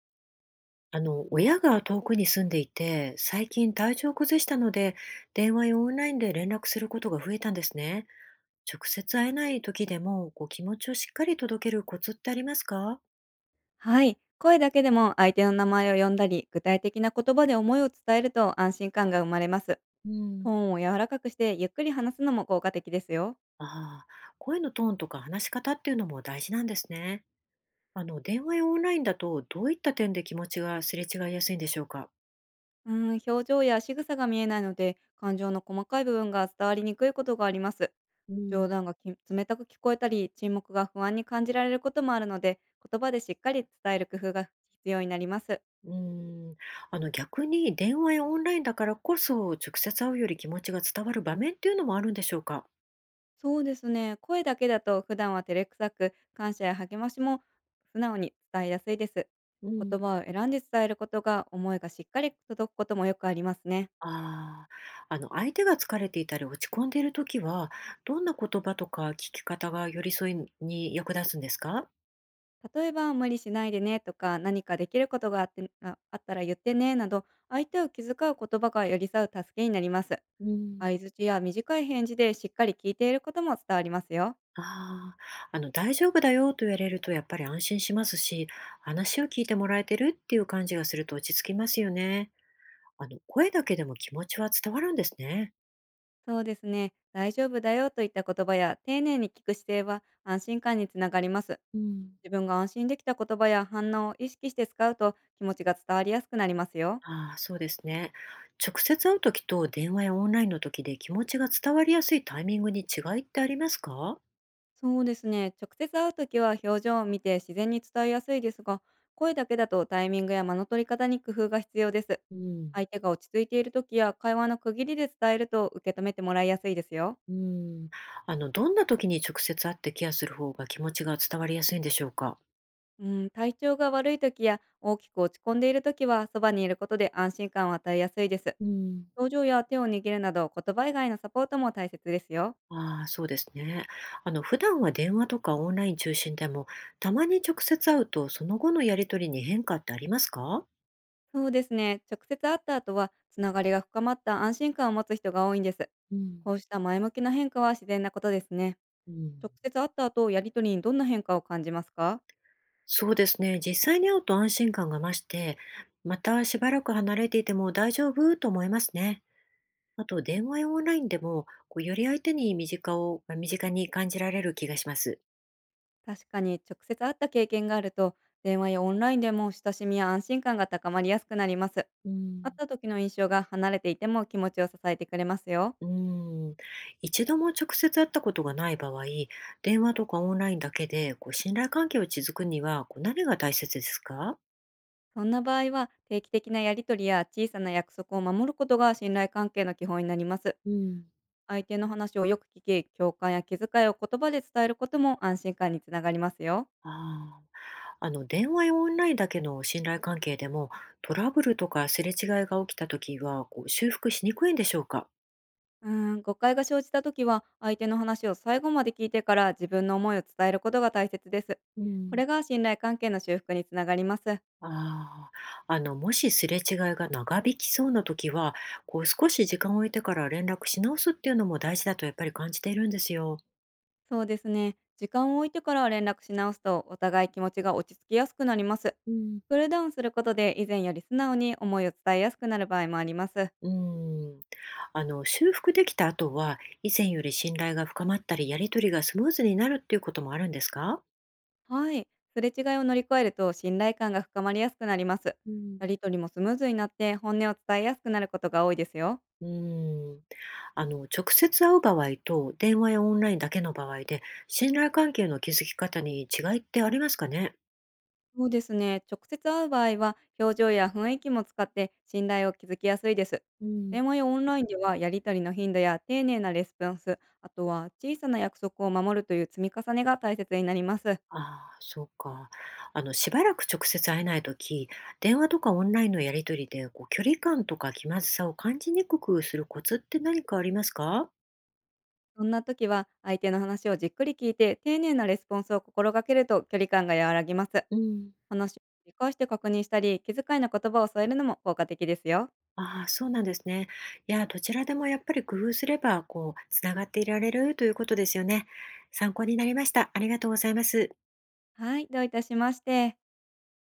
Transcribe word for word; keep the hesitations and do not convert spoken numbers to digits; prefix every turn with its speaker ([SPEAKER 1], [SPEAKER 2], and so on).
[SPEAKER 1] あの、親が遠くに住んでいて、最近体調を崩したので、電話やオンラインで連絡することが増えたんですね。直接会えない時でも、こう気持ちをしっかり届けるコツってありますか？
[SPEAKER 2] はい。声だけでも相手の名前を呼んだり、具体的な言葉で思いを伝えると安心感が生まれます。
[SPEAKER 1] う
[SPEAKER 2] トー
[SPEAKER 1] ん。
[SPEAKER 2] ンを柔らかくしてゆっくり話すのも効果的ですよ。
[SPEAKER 1] ああ、声のトーンとか話し方っていうのも大事なんですね。あの、電話やオンラインだと、どういった点で気持ちがすれ違いやすいんでしょうか？
[SPEAKER 2] うーん、表情や仕草が見えないので、感情の細かい部分が伝わりにくいことがあります。
[SPEAKER 1] う
[SPEAKER 2] 冗
[SPEAKER 1] ん。
[SPEAKER 2] 談がき冷たく聞こえたり、沈黙が不安に感じられることもあるので、言葉でしっかり伝える工夫が必要になります。
[SPEAKER 1] うん。あの、逆に電話やオンラインだからこそ、直接会うより気持ちが伝わる場面っていうのもあるんでしょうか？
[SPEAKER 2] そうですね。声だけだと普段は照れくさく、感謝や励ましも素直に伝えやすいです。
[SPEAKER 1] う
[SPEAKER 2] 言
[SPEAKER 1] ん。
[SPEAKER 2] 葉を選んで伝えることが思いがしっかり届くこともよくありますね。
[SPEAKER 1] ああ、あの、相手が疲れていたり落ち込んでいるときは、どんな言葉とか聞き方が寄り添いに役立つんですか？
[SPEAKER 2] 例えば、無理しないでねとか、何かできることがあってああったら言ってねなど、相手を気遣う言葉が寄り添う助けになります。
[SPEAKER 1] うん。
[SPEAKER 2] 相図や短い返事でしっかり聞いていることも伝わりますよ。
[SPEAKER 1] ああ、あの、大丈夫だよと言われるとやっぱり安心しますし、話を聞いてもらえてるっていう感じがすると落ち着きますよね。あの、声だけでも気持ちは伝わるんですね。
[SPEAKER 2] そうですね。大丈夫だよといった言葉や丁寧に聞く姿勢は安心感につながります。
[SPEAKER 1] うん。
[SPEAKER 2] 自分が安心できた言葉や反応を意識して使うと気持ちが伝わりやすくなりますよ。
[SPEAKER 1] ああ、そうですね。直接会うときと電話やオンラインのときで気持ちが伝わりやすいタイミングに違いってありますか？
[SPEAKER 2] そうですね。直接会うときは表情を見て自然に伝えやすいですが、声だけだとタイミングや間の取り方に工夫が必要です。
[SPEAKER 1] うん。
[SPEAKER 2] 相手が落ち着いているときや会話の区切りで伝えると受け止めてもらいやすいですよ。
[SPEAKER 1] うん。あの、どんな時に直接会ってケアする方が気持ちが伝わりやすいんでしょうか？
[SPEAKER 2] うん、体調が悪いときや大きく落ち込んでいるときはそばにいることで安心感を与えやすいです。
[SPEAKER 1] うん。
[SPEAKER 2] 表情や手を握るなど言葉以外のサポートも大切ですよ。
[SPEAKER 1] ああ、そうですね。あの、普段は電話とかオンライン中心でも、たまに直接会うと、その後のやり取りに変化ってありますか？
[SPEAKER 2] そうですね。直接会った後は、つながりが深まった安心感を持つ人が多いんです。
[SPEAKER 1] うん。
[SPEAKER 2] こうした前向きな変化は自然なことですね。
[SPEAKER 1] うん、
[SPEAKER 2] 直接会った後、やりとりにどんな変化を感じますか？
[SPEAKER 1] そうですね。実際に会うと安心感が増して、またしばらく離れていても大丈夫と思いますね。あと電話やオンラインでも、こうより相手に身近を身近に感じられる気がします。
[SPEAKER 2] 確かに直接会った経験があると、電話やオンラインでも親しみや安心感が高まりやすくなります。
[SPEAKER 1] う
[SPEAKER 2] 会っ
[SPEAKER 1] ん。
[SPEAKER 2] た時の印象が離れていても気持ちを支えてくれますよ。
[SPEAKER 1] うーん、一度も直接会ったことがない場合、電話とかオンラインだけでこう信頼関係を築くにはこう何が大切ですか？
[SPEAKER 2] そんな場合は、定期的なやりとりや小さな約束を守ることが信頼関係の基本になります。
[SPEAKER 1] うん。
[SPEAKER 2] 相手の話をよく聞き、共感や気遣いを言葉で伝えることも安心感につながりますよ。
[SPEAKER 1] ああ、あの、電話やオンラインだけの信頼関係でもトラブルとかすれ違いが起きたときはこう修復しにくいんでしょうか？
[SPEAKER 2] うーん、誤解が生じた時は、相手の話を最後まで聞いてから自分の思いを伝えることが大切です。
[SPEAKER 1] う
[SPEAKER 2] こ
[SPEAKER 1] ん。
[SPEAKER 2] れが信頼関係の修復につながります。
[SPEAKER 1] ああ、あの、もしすれ違いが長引きそうなときは、こう少し時間を置いてから連絡し直すっていうのも大事だとやっぱり感じているんですよ。
[SPEAKER 2] そうですね。時間を置いてから連絡し直すと、お互い気持ちが落ち着きやすくなります。クールダウンすることで、以前より素直に思いを伝えやすくなる場合もあります。
[SPEAKER 1] うん。あの、修復できた後は、以前より信頼が深まったり、やり取りがスムーズになるっていうこともあるんですか？
[SPEAKER 2] はい。すれ違いを乗り越えると信頼感が深まりやすくなります。
[SPEAKER 1] うん。
[SPEAKER 2] やりとりもスムーズになって本音を伝えやすくなることが多いですよ。
[SPEAKER 1] うん。あの、直接会う場合と、電話やオンラインだけの場合で、信頼関係の築き方に違いってありますかね？
[SPEAKER 2] そうですね。直接会う場合は表情や雰囲気も使って信頼を築きやすいです。
[SPEAKER 1] うん。
[SPEAKER 2] 電話やオンラインではやりとりの頻度や丁寧なレスポンス、あとは小さな約束を守るという積み重ねが大切になります。
[SPEAKER 1] ああ、そうか。あの、しばらく直接会えないとき、電話とかオンラインのやりとりで、こう、距離感とか気まずさを感じにくくするコツって何かありますか？
[SPEAKER 2] そんな時は相手の話をじっくり聞いて丁寧なレスポンスを心がけると距離感が和らぎます。
[SPEAKER 1] うん。
[SPEAKER 2] 話を繰り返して確認したり、気遣いの言葉を添えるのも効果的ですよ。
[SPEAKER 1] ああ、そうなんですね。いや、どちらでもやっぱり工夫すれば、こう、つながっていられるということですよね。参考になりました。ありがとうございます。
[SPEAKER 2] はい、どういたしまして。